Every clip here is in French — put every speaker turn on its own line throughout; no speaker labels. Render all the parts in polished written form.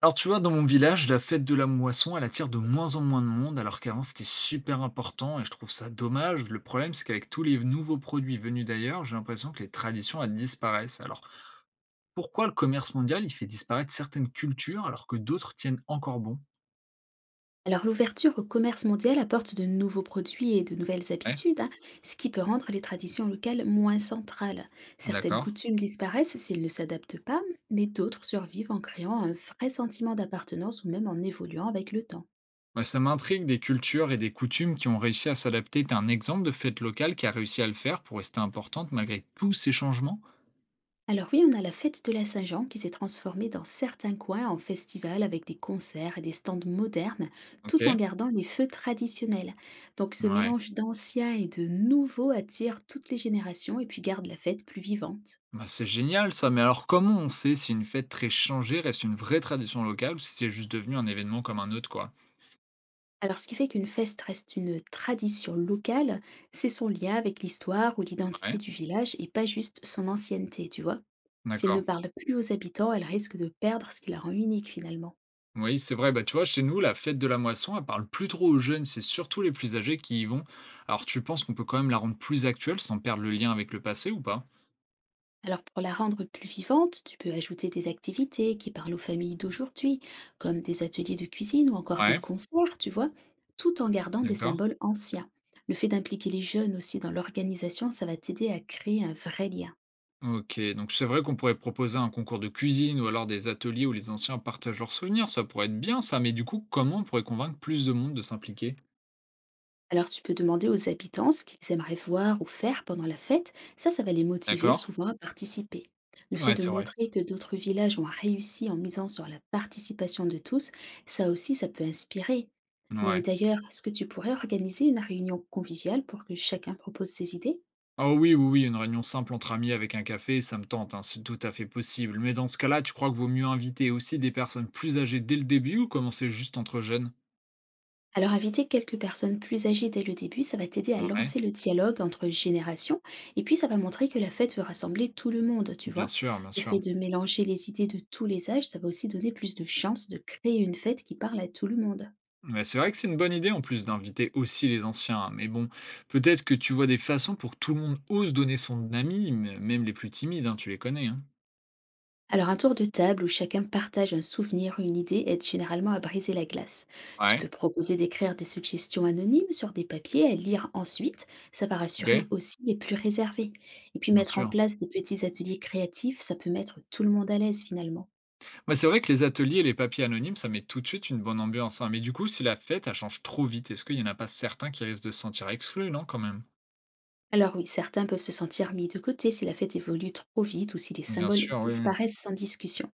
Alors tu vois, dans mon village, la fête de la moisson, elle attire de moins en moins de monde, alors qu'avant c'était super important et je trouve ça dommage. Le problème, c'est qu'avec tous les nouveaux produits venus d'ailleurs, j'ai l'impression que les traditions, elles disparaissent. Alors pourquoi le commerce mondial, il fait disparaître certaines cultures alors que d'autres tiennent encore bon?
Alors l'ouverture au commerce mondial apporte de nouveaux produits et de nouvelles
Ouais,
habitudes, hein, ce qui peut rendre les traditions locales moins centrales. Certaines
d'accord.
coutumes disparaissent s'ils ne s'adaptent pas, mais d'autres survivent en créant un vrai sentiment d'appartenance ou même en évoluant avec le temps.
Bah, ça m'intrigue des cultures et des coutumes qui ont réussi à s'adapter. T'as un exemple de fête locale qui a réussi à le faire pour rester importante malgré tous ces changements?
Alors oui, on a la fête de la Saint-Jean qui s'est transformée dans certains coins en festival avec des concerts et des stands modernes, tout en
Ok,
gardant les feux traditionnels. Donc ce
ouais.
mélange d'anciens et de nouveaux attire toutes les générations et puis garde la fête plus vivante.
Bah, c'est génial ça, mais alors comment on sait si une fête très changée reste une vraie tradition locale ou si c'est juste devenu un événement comme un autre, quoi?
Alors, ce qui fait qu'une feste reste une tradition locale, c'est son lien avec l'histoire ou
Ouais,
l'identité du village et pas juste son ancienneté, tu vois. S'il ne
d'accord.
parle plus aux habitants, elle risque de perdre ce qui la rend unique finalement.
Oui, c'est vrai, bah tu vois, chez nous, la fête de la moisson, elle parle plus trop aux jeunes, c'est surtout les plus âgés qui y vont. Alors tu penses qu'on peut quand même la rendre plus actuelle sans perdre le lien avec le passé ou pas?
Alors, pour la rendre plus vivante, tu peux ajouter des activités qui parlent aux familles d'aujourd'hui, comme des ateliers de cuisine ou encore des
Ouais,
concerts, tu vois, tout en gardant des
d'accord.
symboles anciens. Le fait d'impliquer les jeunes aussi dans l'organisation, ça va t'aider à créer un vrai lien.
Ok, donc c'est vrai qu'on pourrait proposer un concours de cuisine ou alors des ateliers où les anciens partagent leurs souvenirs, ça pourrait être bien ça, mais du coup, comment on pourrait convaincre plus de monde de s'impliquer?
Alors tu peux demander aux habitants ce qu'ils aimeraient voir ou faire pendant la fête, ça va les motiver
D'accord?
souvent à participer. Le fait
Ouais,
de
c'est vrai.
montrer que d'autres villages ont réussi en misant sur la participation de tous, ça aussi ça peut inspirer. Mais
Ouais.
d'ailleurs, est-ce que tu pourrais organiser une réunion conviviale pour que chacun propose ses idées?
Ah oui, oui, oui, une réunion simple entre amis avec un café, ça me tente, hein, c'est tout à fait possible. Mais dans ce cas-là, tu crois qu'il vaut mieux inviter aussi des personnes plus âgées dès le début ou commencer juste entre jeunes?
Alors, inviter quelques personnes plus âgées dès le début, ça va t'aider à
Ouais,
lancer le dialogue entre générations, et puis ça va montrer que la fête veut rassembler tout le monde, tu
bien
vois.
sûr, bien
Le
sûr.
fait de mélanger les idées de tous les âges, ça va aussi donner plus de chances de créer une fête qui parle à tout le monde.
Mais c'est vrai que c'est une bonne idée en plus d'inviter aussi les anciens, hein. Mais bon, peut-être que tu vois des façons pour que tout le monde ose donner son ami, même les plus timides, hein, tu les connais, hein.
Alors un tour de table où chacun partage un souvenir ou une idée aide généralement à briser la glace. Tu
Ouais,
peux proposer d'écrire des suggestions anonymes sur des papiers à lire ensuite, ça va
ok,
rassurer aussi les plus réservés. Et puis
bien
mettre en
sûr.
place des petits ateliers créatifs, ça peut mettre tout le monde à l'aise finalement.
Moi, c'est vrai que les ateliers et les papiers anonymes, ça met tout de suite une bonne ambiance, hein. Mais du coup, si la fête, elle change trop vite, est-ce qu'il n'y en a pas certains qui risquent de se sentir exclus, non, quand même?
Alors oui, certains peuvent se sentir mis de côté si la fête évolue trop vite ou si les
Bien
symboles
sûr, oui, oui.
disparaissent sans discussion.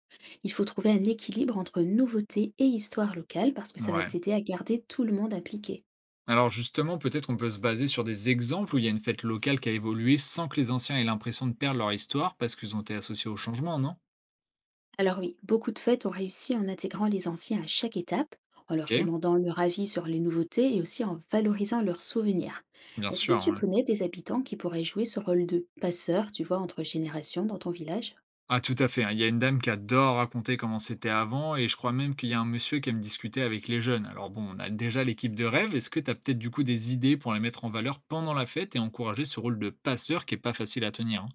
Il faut trouver un équilibre entre nouveauté et histoire locale parce que ça va
Ouais.
t'aider à garder tout le monde impliqué.
Alors justement, peut-être on peut se baser sur des exemples où il y a une fête locale qui a évolué sans que les anciens aient l'impression de perdre leur histoire parce qu'ils ont été associés au changement, non?
Alors oui, beaucoup de fêtes ont réussi en intégrant les anciens à chaque étape, en leur
OK,
demandant leur avis sur les nouveautés et aussi en valorisant leurs souvenirs.
bien
Est-ce que
sûr,
tu
ouais.
connais des habitants qui pourraient jouer ce rôle de passeur, tu vois, entre générations dans ton village?
Ah tout à fait, hein, il y a une dame qui adore raconter comment c'était avant et je crois même qu'il y a un monsieur qui aime discuter avec les jeunes. Alors bon, on a déjà l'équipe de rêve, est-ce que tu as peut-être du coup des idées pour les mettre en valeur pendant la fête et encourager ce rôle de passeur qui est pas facile à tenir, hein?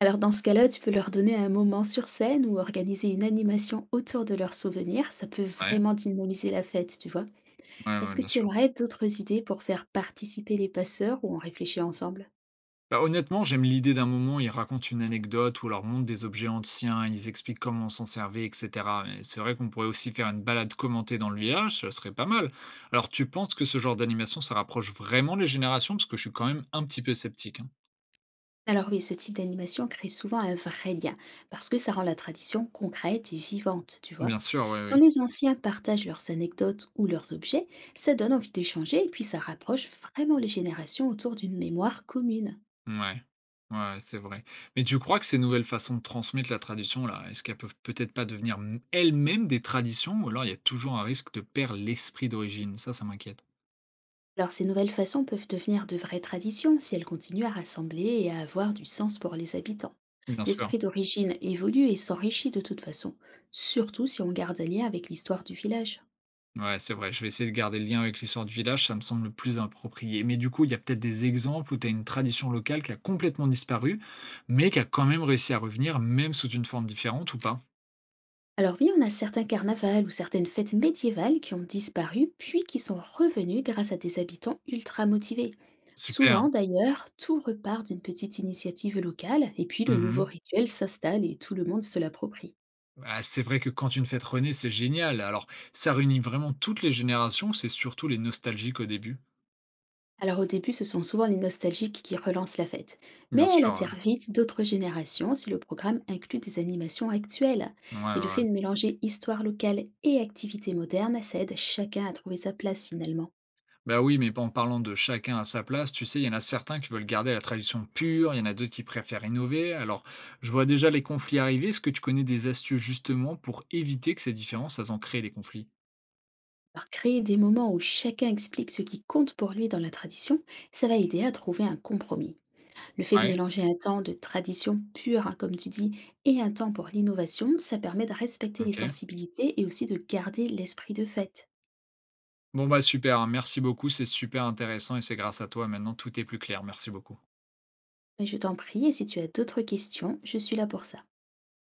Alors dans ce cas-là, tu peux leur donner un moment sur scène ou organiser une animation autour de leurs souvenirs. Ça peut
Ouais,
vraiment dynamiser la fête, tu vois.
ouais,
Est-ce
ouais,
que
bien
tu
sûr.
aimerais d'autres idées pour faire participer les passeurs ou en réfléchir ensemble?
Bah, honnêtement, j'aime l'idée d'un moment où ils racontent une anecdote, ou leur montrent des objets anciens, ils expliquent comment on s'en servait, etc. Mais c'est vrai qu'on pourrait aussi faire une balade commentée dans le village, ce serait pas mal. Alors, tu penses que ce genre d'animation, ça rapproche vraiment les générations? Parce que je suis quand même un petit peu sceptique, hein.
Alors oui, ce type d'animation crée souvent un vrai lien, parce que ça rend la tradition concrète et vivante, tu vois.
Bien sûr, oui,
Quand
oui.
les anciens partagent leurs anecdotes ou leurs objets, ça donne envie d'échanger et puis ça rapproche vraiment les générations autour d'une mémoire commune.
Ouais. Ouais, c'est vrai. Mais tu crois que ces nouvelles façons de transmettre la tradition, là, est-ce qu'elles peuvent peut-être pas devenir elles-mêmes des traditions, ou alors il y a toujours un risque de perdre l'esprit d'origine? Ça m'inquiète.
Alors ces nouvelles façons peuvent devenir de vraies traditions si elles continuent à rassembler et à avoir du sens pour les habitants.
Bien sûr.
L'esprit d'origine évolue et s'enrichit de toute façon, surtout si on garde un lien avec l'histoire du village.
Ouais, c'est vrai, je vais essayer de garder le lien avec l'histoire du village, ça me semble le plus approprié. Mais du coup, il y a peut-être des exemples où tu as une tradition locale qui a complètement disparu, mais qui a quand même réussi à revenir, même sous une forme différente ou pas?
Alors oui, on a certains carnavals ou certaines fêtes médiévales qui ont disparu, puis qui sont revenus grâce à des habitants ultra motivés.
Super.
Souvent d'ailleurs, tout repart d'une petite initiative locale, et puis le nouveau
Mmh.
rituel s'installe et tout le monde se l'approprie.
Ah, c'est vrai que quand une fête renaît, c'est génial. Alors, ça réunit vraiment toutes les générations, c'est surtout les nostalgiques au début?
Alors au début, ce sont souvent les nostalgiques qui relancent la fête,
Bien
mais elle
sûr, ouais.
atterre vite d'autres générations si le programme inclut des animations actuelles.
Ouais, ouais,
Et le
ouais.
fait de mélanger histoire locale et activités modernes, ça aide chacun à trouver sa place finalement.
Bah, oui, mais bon, en parlant de chacun à sa place, tu sais, il y en a certains qui veulent garder la tradition pure, il y en a d'autres qui préfèrent innover. Alors, je vois déjà les conflits arriver. Est-ce que tu connais des astuces justement pour éviter que ces différences, elles en créent des conflits?
Alors, créer des moments où chacun explique ce qui compte pour lui dans la tradition, ça va aider à trouver un compromis. Le fait de
Ouais,
mélanger un temps de tradition pure, hein, comme tu dis, et un temps pour l'innovation, ça permet de respecter les
ok.
sensibilités et aussi de garder l'esprit de fête.
Bon, bah super, hein, merci beaucoup, c'est super intéressant et c'est grâce à toi maintenant, tout est plus clair. Merci beaucoup.
Mais je t'en prie, et si tu as d'autres questions, je suis là pour ça.